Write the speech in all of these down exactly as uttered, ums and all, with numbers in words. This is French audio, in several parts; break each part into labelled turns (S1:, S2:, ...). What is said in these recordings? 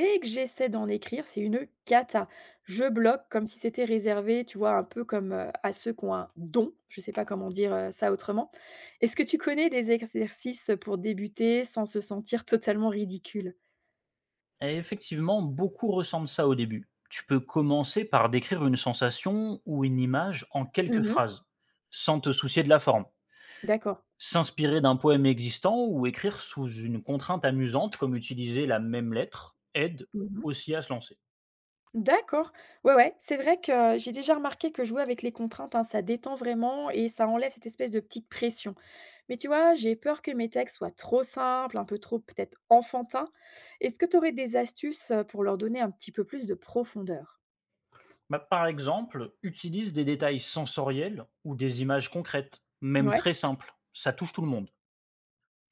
S1: Dès que j'essaie d'en écrire, c'est une cata. Je bloque comme si c'était réservé, tu vois, un peu comme, heu, à ceux qui ont un don, je ne sais pas comment dire, heu, ça autrement. Est-ce que tu connais des exercices pour débuter sans se sentir totalement ridicule?
S2: Et effectivement, beaucoup ressentent ça au début. Tu peux commencer par décrire une sensation ou une image en quelques
S1: Mmh.
S2: phrases, sans te soucier de la forme.
S1: D'accord.
S2: S'inspirer d'un poème existant ou écrire sous une contrainte amusante, comme utiliser la même lettre, aide
S1: Mmh.
S2: aussi à se lancer.
S1: D'accord. Ouais, ouais, c'est vrai que j'ai déjà remarqué que jouer avec les contraintes, hein, ça détend vraiment et ça enlève cette espèce de petite pression. Mais tu vois, j'ai peur que mes textes soient trop simples, un peu trop peut-être enfantins. Est-ce que tu aurais des astuces euh, pour leur donner un petit peu plus de profondeur?
S2: Bah, par exemple, utilise des détails sensoriels ou des images concrètes, même
S1: Ouais.
S2: très simples. Ça touche tout le monde.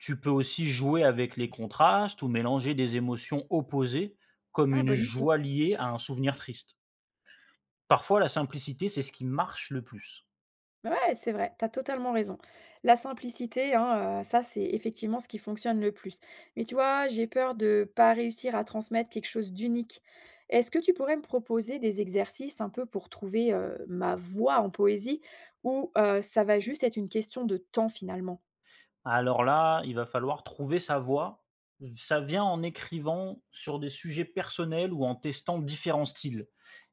S2: Tu peux aussi jouer avec les contrastes ou mélanger des émotions opposées, comme
S1: Ah,
S2: une
S1: bonne idée.
S2: joie liée à un souvenir triste. Parfois, la simplicité, c'est ce qui marche le plus.
S1: Ouais, c'est vrai, t'as totalement raison. La simplicité, hein, heu, ça, c'est effectivement ce qui fonctionne le plus. Mais tu vois, j'ai peur de pas réussir à transmettre quelque chose d'unique. Est-ce que tu pourrais me proposer des exercices un peu pour trouver, heu, ma voix en poésie ou, heu, ça va juste être une question de temps finalement?
S2: Alors là, il va falloir trouver sa voie. Ça vient en écrivant sur des sujets personnels ou en testant différents styles.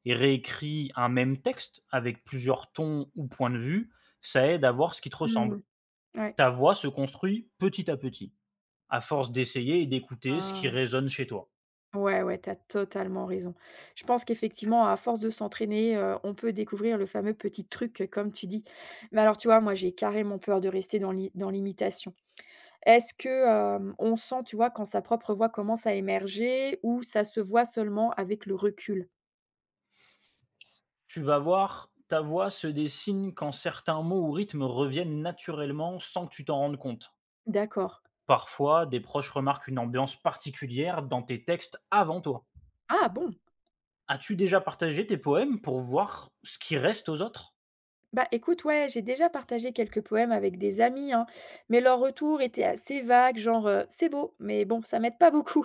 S2: Et réécrit un même texte avec plusieurs tons ou points de vue, ça aide à voir ce qui te ressemble.
S1: Mmh. Ouais.
S2: Ta voix se construit petit à petit, à force d'essayer et d'écouter ce qui
S1: Ah.
S2: résonne chez toi.
S1: Ouais, ouais, t'as totalement raison. Je pense qu'effectivement, à force de s'entraîner, heu, on peut découvrir le fameux petit truc, euh, comme tu dis. Mais alors, tu vois, moi, j'ai carrément peur de rester dans l'i dans l'imitation. Est-ce que, hem, on sent, tu vois, quand sa propre voix commence à émerger ou ça se voit seulement avec le recul?
S2: Tu vas voir, ta voix se dessine quand certains mots ou rythmes reviennent naturellement sans que tu t'en rendes compte.
S1: D'accord.
S2: Parfois, des proches remarquent une ambiance particulière dans tes textes avant toi.
S1: Ah bon!
S2: As-tu déjà partagé tes poèmes pour voir ce qui reste aux autres?
S1: Bah, écoute, ouais, j'ai déjà partagé quelques poèmes avec des amis, hein, mais leur retour était assez vague, genre, heu: «C'est beau», mais bon, ça m'aide pas beaucoup.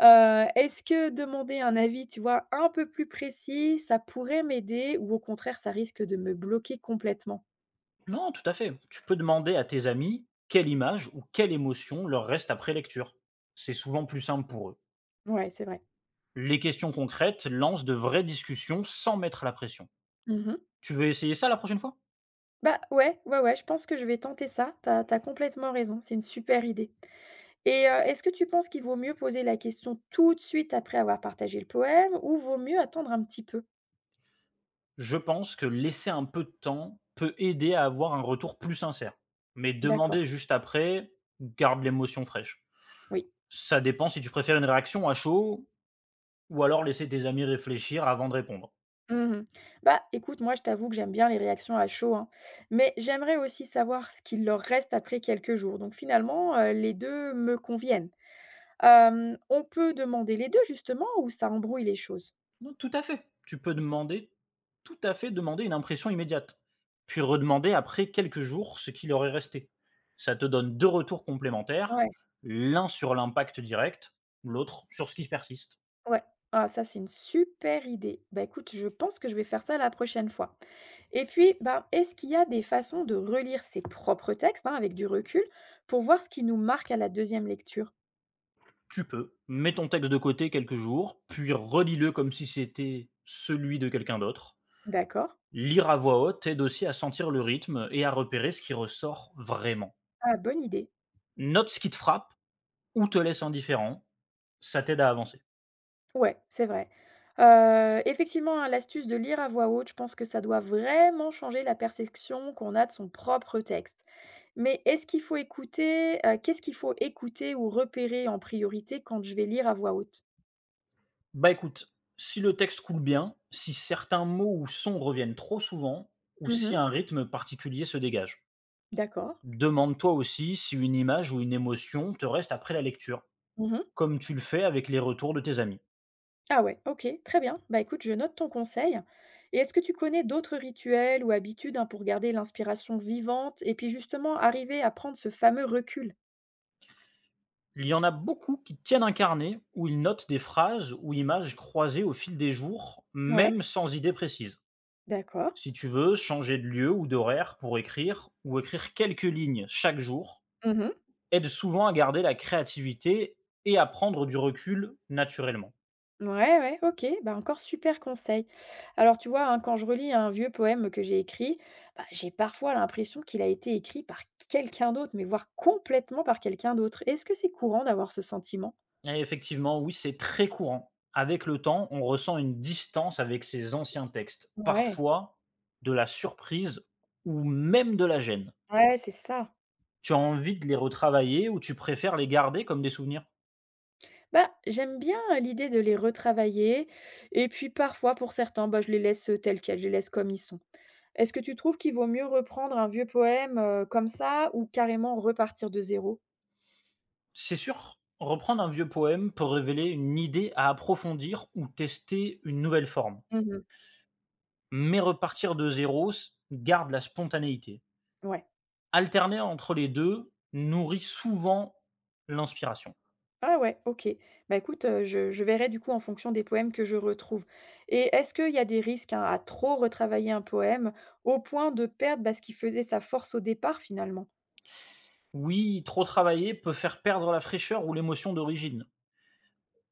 S1: Heu, est-ce que demander un avis, tu vois, un peu plus précis, ça pourrait m'aider ou au contraire, ça risque de me bloquer complètement?
S2: Non, tout à fait. Tu peux demander à tes amis quelle image ou quelle émotion leur reste après lecture. C'est souvent plus simple pour eux.
S1: Ouais, c'est vrai.
S2: Les questions concrètes lancent de vraies discussions sans mettre la pression.
S1: Mmh.
S2: Tu veux essayer ça la prochaine fois?
S1: Bah, ouais, ouais, ouais, je pense que je vais tenter ça. T'as as complètement raison, c'est une super idée. Et heu, est-ce que tu penses qu'il vaut mieux poser la question tout de suite après avoir partagé le poème ou vaut mieux attendre un petit peu?
S2: Je pense que laisser un peu de temps peut aider à avoir un retour plus sincère. Mais demander
S1: D'accord,
S2: juste après garde l'émotion fraîche.
S1: oui.
S2: Ça dépend si tu préfères une réaction à chaud ou alors laisser tes amis réfléchir avant de répondre.
S1: Mmh. Bah, écoute, moi, je t'avoue que j'aime bien les réactions à chaud, hein, mais j'aimerais aussi savoir ce qu'il leur reste après quelques jours. Donc finalement, heu, les deux me conviennent. Hem, on peut demander les deux justement ou ça embrouille les choses?
S2: Non, tout à fait. Tu peux demander tout à fait demander une impression immédiate, puis redemander après quelques jours ce qu'il leur est resté. Ça te donne deux retours complémentaires,
S1: Ouais,
S2: l'un sur l'impact direct, l'autre sur ce qui persiste.
S1: ouais. Ah ça, c'est une super idée. Bah, écoute, je pense que je vais faire ça la prochaine fois. Et puis, ben, est-ce qu'il y a des façons de relire ses propres textes, hein, avec du recul, pour voir ce qui nous marque à la deuxième lecture?
S2: Tu peux, mets ton texte de côté quelques jours, puis relis-le comme si c'était celui de quelqu'un d'autre.
S1: D'accord.
S2: Lire à voix haute aide aussi à sentir le rythme et à repérer ce qui ressort vraiment.
S1: Ah, bonne idée.
S2: Note ce qui te frappe ou te laisse indifférent, ça t'aide à avancer.
S1: Ouais, c'est vrai. Heu, effectivement, hein, l'astuce de lire à voix haute, je pense que ça doit vraiment changer la perception qu'on a de son propre texte. Mais est-ce qu'il faut écouter, heu, qu'est-ce qu'il faut écouter ou repérer en priorité quand je vais lire à voix haute?
S2: Bah écoute, si le texte coule bien, si certains mots ou sons reviennent trop souvent, ou si
S1: Mmh.
S2: un rythme particulier se dégage.
S1: D'accord.
S2: Demande-toi aussi si une image ou une émotion te reste après la lecture,
S1: Mmh.
S2: comme tu le fais avec les retours de tes amis.
S1: Ah ouais, OK, très bien. Bah, écoute, je note ton conseil. Et est-ce que tu connais d'autres rituels ou habitudes, hein, pour garder l'inspiration vivante et puis justement arriver à prendre ce fameux recul?
S2: Il y en a beaucoup qui tiennent un carnet où ils notent des phrases ou images croisées au fil des jours,
S1: Ouais,
S2: même sans idée précise.
S1: d'accord.
S2: Si tu veux changer de lieu ou d'horaire pour écrire, ou écrire quelques lignes chaque jour,
S1: Mmh.
S2: aide souvent à garder la créativité et à prendre du recul naturellement.
S1: Ouais, ouais, OK, bah, encore super conseil. Alors tu vois, hein, quand je relis un vieux poème que j'ai écrit, bah, j'ai parfois l'impression qu'il a été écrit par quelqu'un d'autre, mais voire complètement par quelqu'un d'autre. Est-ce que c'est courant d'avoir ce sentiment?
S2: Et effectivement, oui, c'est très courant. Avec le temps, on ressent une distance avec ses anciens textes,
S1: Ouais,
S2: parfois de la surprise ou même de la gêne.
S1: ouais, c'est ça.
S2: Tu as envie de les retravailler ou tu préfères les garder comme des souvenirs?
S1: Bah, j'aime bien, heu, l'idée de les retravailler et puis parfois pour certains, bah, je les laisse, heu, tels quels, je les laisse comme ils sont. Est-ce que tu trouves qu'il vaut mieux reprendre un vieux poème, heu, comme ça ou carrément repartir de zéro?
S2: C'est sûr, reprendre un vieux poème peut révéler une idée à approfondir ou tester une nouvelle forme.
S1: Mmh.
S2: Mais repartir de zéro s- garde la spontanéité.
S1: Ouais.
S2: Alterner entre les deux nourrit souvent l'inspiration.
S1: Ah ouais, OK. Bah, écoute, heu, je je verrai du coup en fonction des poèmes que je retrouve et est-ce qu'il y a des risques à à trop retravailler un poème au point de perdre, bah, ce qui faisait sa force au départ finalement?
S2: Oui, trop travailler peut faire perdre la fraîcheur ou l'émotion d'origine.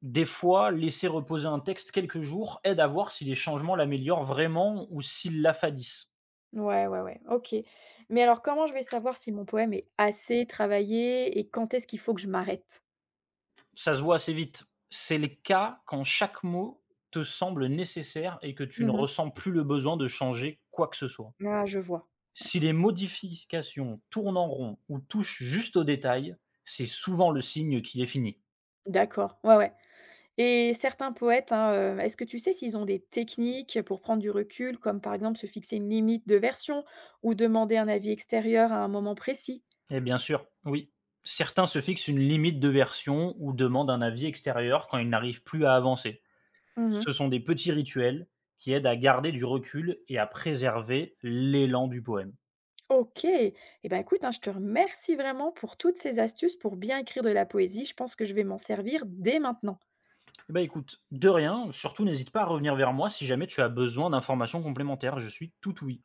S2: Des fois, laisser reposer un texte quelques jours aide à voir si les changements l'améliorent vraiment ou s'ils l'affadissent.
S1: Ouais, ouais, ouais, OK. Mais alors comment je vais savoir si mon poème est assez travaillé et quand est-ce qu'il faut que je m'arrête?
S2: Ça se voit assez vite. C'est le cas quand chaque mot te semble nécessaire et que tu ne
S1: Mmh.
S2: ressens plus le besoin de changer quoi que ce soit.
S1: Ah, je vois. Ouais.
S2: Si les modifications tournent en rond ou touchent juste aux détails, c'est souvent le signe qu'il est fini.
S1: D'accord, ouais, ouais. Et certains poètes, hein, heu, est-ce que tu sais s'ils ont des techniques pour prendre du recul, comme par exemple se fixer une limite de version ou demander un avis extérieur à un moment précis?
S2: Et bien sûr, oui. Certains se fixent une limite de version ou demandent un avis extérieur quand ils n'arrivent plus à avancer.
S1: Mmh.
S2: Ce sont des petits rituels qui aident à garder du recul et à préserver l'élan du poème.
S1: OK. Et ben, écoute, hein, je te remercie vraiment pour toutes ces astuces pour bien écrire de la poésie. Je pense que je vais m'en servir dès maintenant.
S2: Eh ben écoute, de rien, surtout n'hésite pas à revenir vers moi si jamais tu as besoin d'informations complémentaires, je suis tout ouïe.